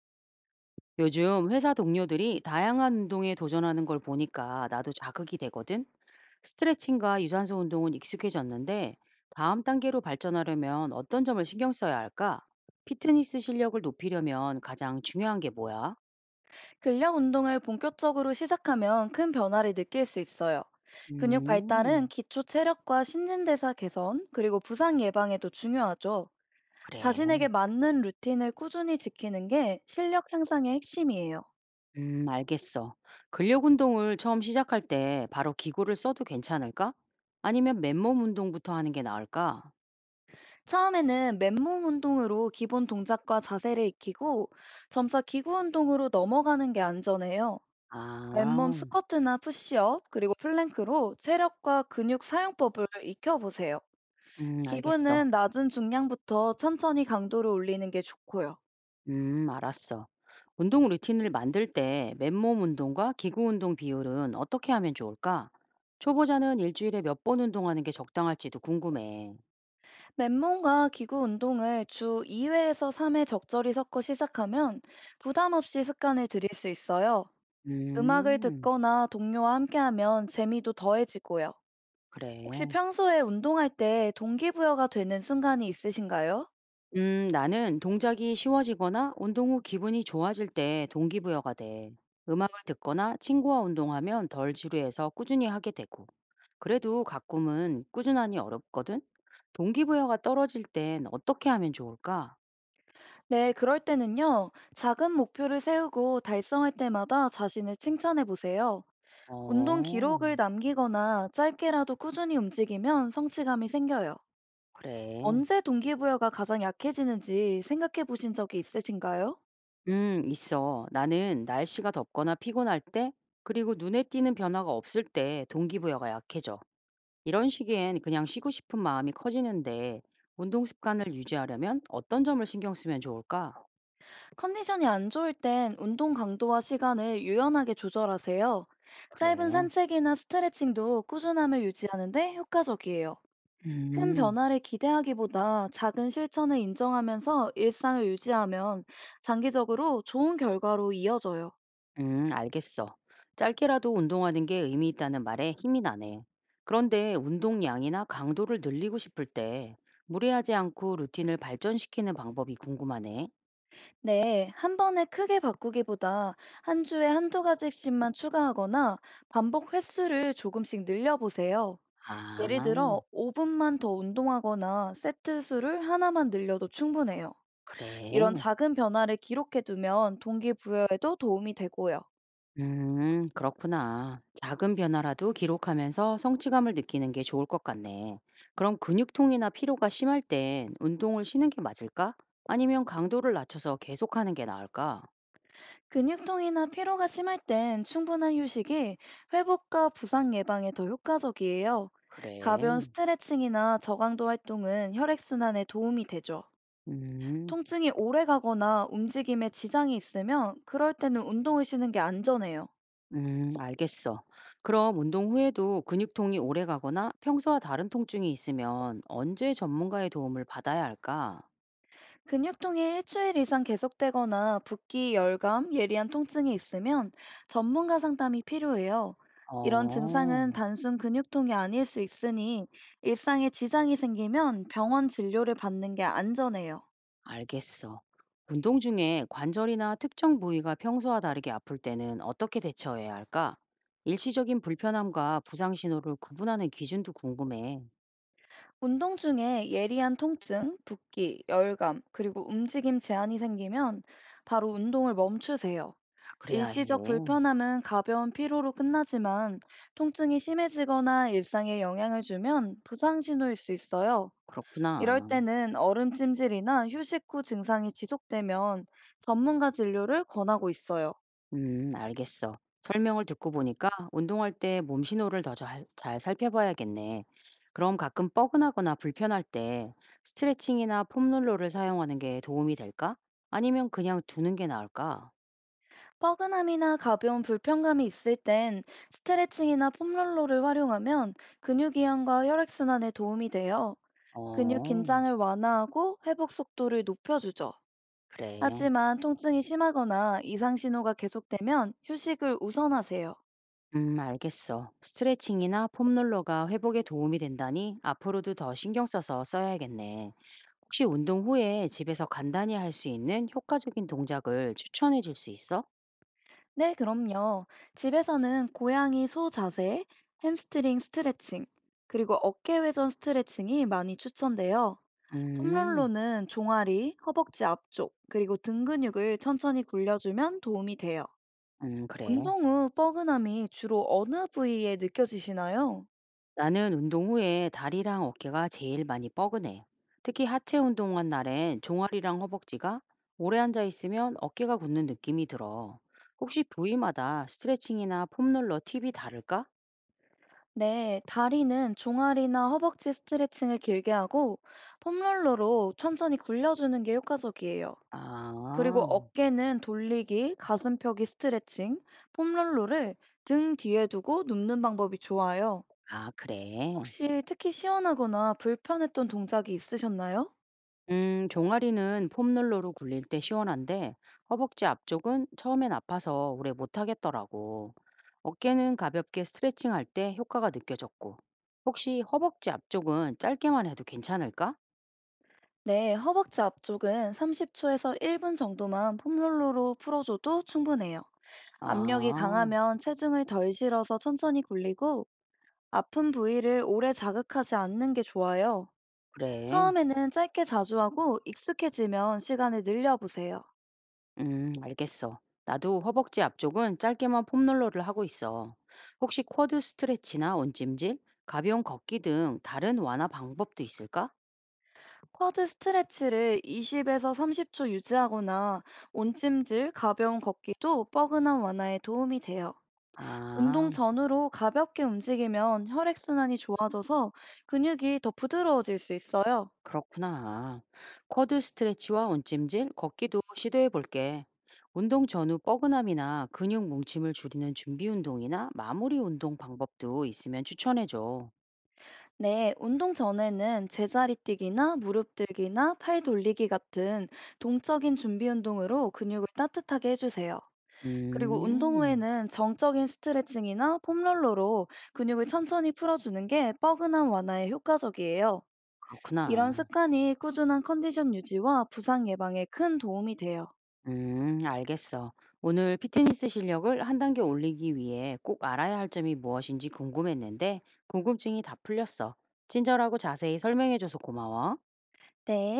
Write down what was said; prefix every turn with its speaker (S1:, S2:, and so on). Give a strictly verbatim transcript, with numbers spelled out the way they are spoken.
S1: 요즘 회사 동료들이 다양한 운동에 도전하는 걸 보니까 나도 자극이 되거든. 스트레칭과 유산소 운동은 익숙해졌는데 다음 단계로 발전하려면 어떤 점을 신경 써야 할까? 피트니스 실력을 높이려면 가장 중요한 게 뭐야?
S2: 근력 운동을 본격적으로 시작하면 큰 변화를 느낄 수 있어요. 근육 발달은
S1: 음,
S2: 기초 체력과 신진대사 개선, 그리고 부상 예방에도 중요하죠.
S1: 그래.
S2: 자신에게 맞는 루틴을 꾸준히 지키는 게 실력 향상의 핵심이에요.
S1: 음, 알겠어. 근력 운동을 처음 시작할 때 바로 기구를 써도 괜찮을까? 아니면 맨몸 운동부터 하는 게 나을까?
S2: 처음에는 맨몸 운동으로 기본 동작과 자세를 익히고 점차 기구 운동으로 넘어가는 게 안전해요. 맨몸
S1: 아,
S2: 스쿼트나 푸시업, 그리고 플랭크로 체력과 근육 사용법을 익혀보세요.
S1: 음, 알겠어.
S2: 기구는 낮은 중량부터 천천히 강도를 올리는 게 좋고요.
S1: 음, 알았어. 운동 루틴을 만들 때 맨몸 운동과 기구 운동 비율은 어떻게 하면 좋을까? 초보자는 일주일에 몇 번 운동하는 게 적당할지도 궁금해.
S2: 맨몸과 기구 운동을 주 이 회에서 삼 회 적절히 섞어 시작하면 부담 없이 습관을 들일 수 있어요. 음악을
S1: 음,
S2: 듣거나 동료와 함께하면 재미도 더해지고요. 혹시
S1: 그래.
S2: 평소에 운동할 때 동기부여가 되는 순간이 있으신가요?
S1: 음, 나는 동작이 쉬워지거나 운동 후 기분이 좋아질 때 동기부여가 돼. 음악을 듣거나 친구와 운동하면 덜 지루해서 꾸준히 하게 되고. 그래도 가끔은 꾸준하니 어렵거든? 동기부여가 떨어질 땐 어떻게 하면 좋을까?
S2: 네, 그럴 때는요, 작은 목표를 세우고 달성할 때마다 자신을 칭찬해 보세요. 운동
S1: 어.
S2: 기록을 남기거나 짧게라도 꾸준히 움직이면 성취감이 생겨요.
S1: 그래.
S2: 언제 동기부여가 가장 약해지는지 생각해 보신 적이 있으신가요?
S1: 음, 있어. 나는 날씨가 덥거나 피곤할 때, 그리고 눈에 띄는 변화가 없을 때 동기부여가 약해져. 이런 시기엔 그냥 쉬고 싶은 마음이 커지는데, 운동 습관을 유지하려면 어떤 점을 신경 쓰면 좋을까?
S2: 컨디션이 안 좋을 땐 운동 강도와 시간을 유연하게 조절하세요. 짧은
S1: 그래.
S2: 산책이나 스트레칭도 꾸준함을 유지하는데 효과적이에요. 큰
S1: 음,
S2: 변화를 기대하기보다 작은 실천을 인정하면서 일상을 유지하면 장기적으로 좋은 결과로 이어져요.
S1: 음, 알겠어. 짧게라도 운동하는 게 의미 있다는 말에 힘이 나네. 그런데 운동량이나 강도를 늘리고 싶을 때, 무리하지 않고 루틴을 발전시키는 방법이 궁금하네.
S2: 네, 한 번에 크게 바꾸기보다 한 주에 한두 가지씩만 추가하거나 반복 횟수를 조금씩 늘려보세요.
S1: 아,
S2: 예를 들어, 오 분만 더 운동하거나 세트 수를 하나만 늘려도 충분해요. 이런
S1: 그래.
S2: 작은 변화를 기록해두면 동기부여에도 도움이 되고요.
S1: 음, 그렇구나. 작은 변화라도 기록하면서 성취감을 느끼는 게 좋을 것 같네. 그럼 근육통이나 피로가 심할 땐 운동을 쉬는 게 맞을까? 아니면 강도를 낮춰서 계속하는 게 나을까?
S2: 근육통이나 피로가 심할 땐 충분한 휴식이 회복과 부상 예방에 더 효과적이에요.
S1: 그래.
S2: 가벼운 스트레칭이나 저강도 활동은 혈액순환에 도움이 되죠.
S1: 음,
S2: 통증이 오래가거나 움직임에 지장이 있으면 그럴 때는 운동을 쉬는 게 안전해요.
S1: 음, 알겠어. 그럼 운동 후에도 근육통이 오래 가거나 평소와 다른 통증이 있으면 언제 전문가의 도움을 받아야 할까?
S2: 근육통이 일주일 이상 계속되거나 붓기, 열감, 예리한 통증이 있으면 전문가 상담이 필요해요. 이런 증상은
S1: 어.
S2: 단순 근육통이 아닐 수 있으니 일상에 지장이 생기면 병원 진료를 받는 게 안전해요.
S1: 알겠어. 운동 중에 관절이나 특정 부위가 평소와 다르게 아플 때는 어떻게 대처해야 할까? 일시적인 불편함과 부상 신호를 구분하는 기준도 궁금해.
S2: 운동 중에 예리한 통증, 붓기, 열감, 그리고 움직임 제한이 생기면 바로 운동을 멈추세요.
S1: 아, 그래야 해.
S2: 일시적 불편함은 가벼운 피로로 끝나지만 통증이 심해지거나 일상에 영향을 주면 부상 신호일 수 있어요. 이럴
S1: 그렇구나.
S2: 때는 얼음 찜질이나 휴식 후 증상이 지속되면 전문가 진료를 권하고 있어요.
S1: 음, 알겠어. 설명을 듣고 보니까 운동할 때 몸 신호를 더 잘 살펴봐야겠네. 그럼 가끔 뻐근하거나 불편할 때 스트레칭이나 폼롤러를 사용하는 게 도움이 될까? 아니면 그냥 두는 게 나을까?
S2: 뻐근함이나 가벼운 불편감이 있을 땐 스트레칭이나 폼롤러를 활용하면 근육이완과 혈액순환에 도움이 돼요. 근육
S1: 어,
S2: 긴장을 완화하고 회복 속도를 높여주죠.
S1: 그래.
S2: 하지만 통증이 심하거나 이상 신호가 계속되면 휴식을 우선하세요.
S1: 음, 알겠어. 스트레칭이나 폼롤러가 회복에 도움이 된다니 앞으로도 더 신경 써서 써야겠네. 혹시 운동 후에 집에서 간단히 할 수 있는 효과적인 동작을 추천해 줄 수 있어?
S2: 네, 그럼요. 집에서는 고양이 소 자세, 햄스트링 스트레칭, 그리고 어깨 회전 스트레칭이 많이 추천돼요. 텀롤로
S1: 음,
S2: 는 종아리, 허벅지 앞쪽, 그리고 등 근육을 천천히 굴려주면 도움이 돼요.
S1: 음, 그래.
S2: 운동 후 뻐근함이 주로 어느 부위에 느껴지시나요?
S1: 나는 운동 후에 다리랑 어깨가 제일 많이 뻐근해. 특히 하체 운동한 날엔 종아리랑 허벅지가 오래 앉아 있으면 어깨가 굳는 느낌이 들어. 혹시 부위마다 스트레칭이나 폼롤러 팁이 다를까?
S2: 네, 다리는 종아리나 허벅지 스트레칭을 길게 하고 폼롤러로 천천히 굴려주는 게 효과적이에요. 그리고
S1: 아,
S2: 어깨는 돌리기, 가슴 펴기 스트레칭, 폼롤러를 등 뒤에 두고 눕는 방법이 좋아요.
S1: 아, 그래.
S2: 혹시 특히 시원하거나 불편했던 동작이 있으셨나요?
S1: 음, 종아리는 폼롤러로 굴릴 때 시원한데 허벅지 앞쪽은 처음엔 아파서 오래 못 하겠더라고. 어깨는 가볍게 스트레칭할 때 효과가 느껴졌고. 혹시 허벅지 앞쪽은 짧게만 해도 괜찮을까?
S2: 네, 허벅지 앞쪽은 삼십 초에서 일 분 정도만 폼롤러로 풀어줘도 충분해요. 압력이
S1: 아,
S2: 강하면 체중을 덜 실어서 천천히 굴리고 아픈 부위를 오래 자극하지 않는 게 좋아요.
S1: 그래.
S2: 처음에는 짧게 자주 하고 익숙해지면 시간을 늘려보세요.
S1: 음, 알겠어. 나도 허벅지 앞쪽은 짧게만 폼롤러를 하고 있어. 혹시 쿼드 스트레치나 온찜질, 가벼운 걷기 등 다른 완화 방법도 있을까?
S2: 쿼드 스트레치를 이십에서 삼십 초 유지하거나 온찜질, 가벼운 걷기도 뻐근함 완화에 도움이 돼요. 운동
S1: 아.
S2: 전후로 가볍게 움직이면 혈액순환이 좋아져서 근육이 더 부드러워질 수 있어요.
S1: 그렇구나. 쿼드 스트레치와 온찜질, 걷기도 시도해 볼게. 운동 전후 뻐근함이나 근육 뭉침을 줄이는 준비 운동이나 마무리 운동 방법도 있으면 추천해 줘.
S2: 네, 운동 전에는 제자리 뛰기나 무릎 들기나 팔 돌리기 같은 동적인 준비 운동으로 근육을 따뜻하게 해주세요. 그리고 운동
S1: 음,
S2: 후에는 정적인 스트레칭이나 폼롤러로 근육을 천천히 풀어주는 게 뻐근함 완화에 효과적이에요. 이런
S1: 그렇구나.
S2: 습관이 꾸준한 컨디션 유지와 부상 예방에 큰 도움이 돼요.
S1: 음, 알겠어. 오늘 피트니스 실력을 한 단계 올리기 위해 꼭 알아야 할 점이 무엇인지 궁금했는데, 궁금증이 다 풀렸어. 친절하고 자세히 설명해줘서 고마워.
S2: 네.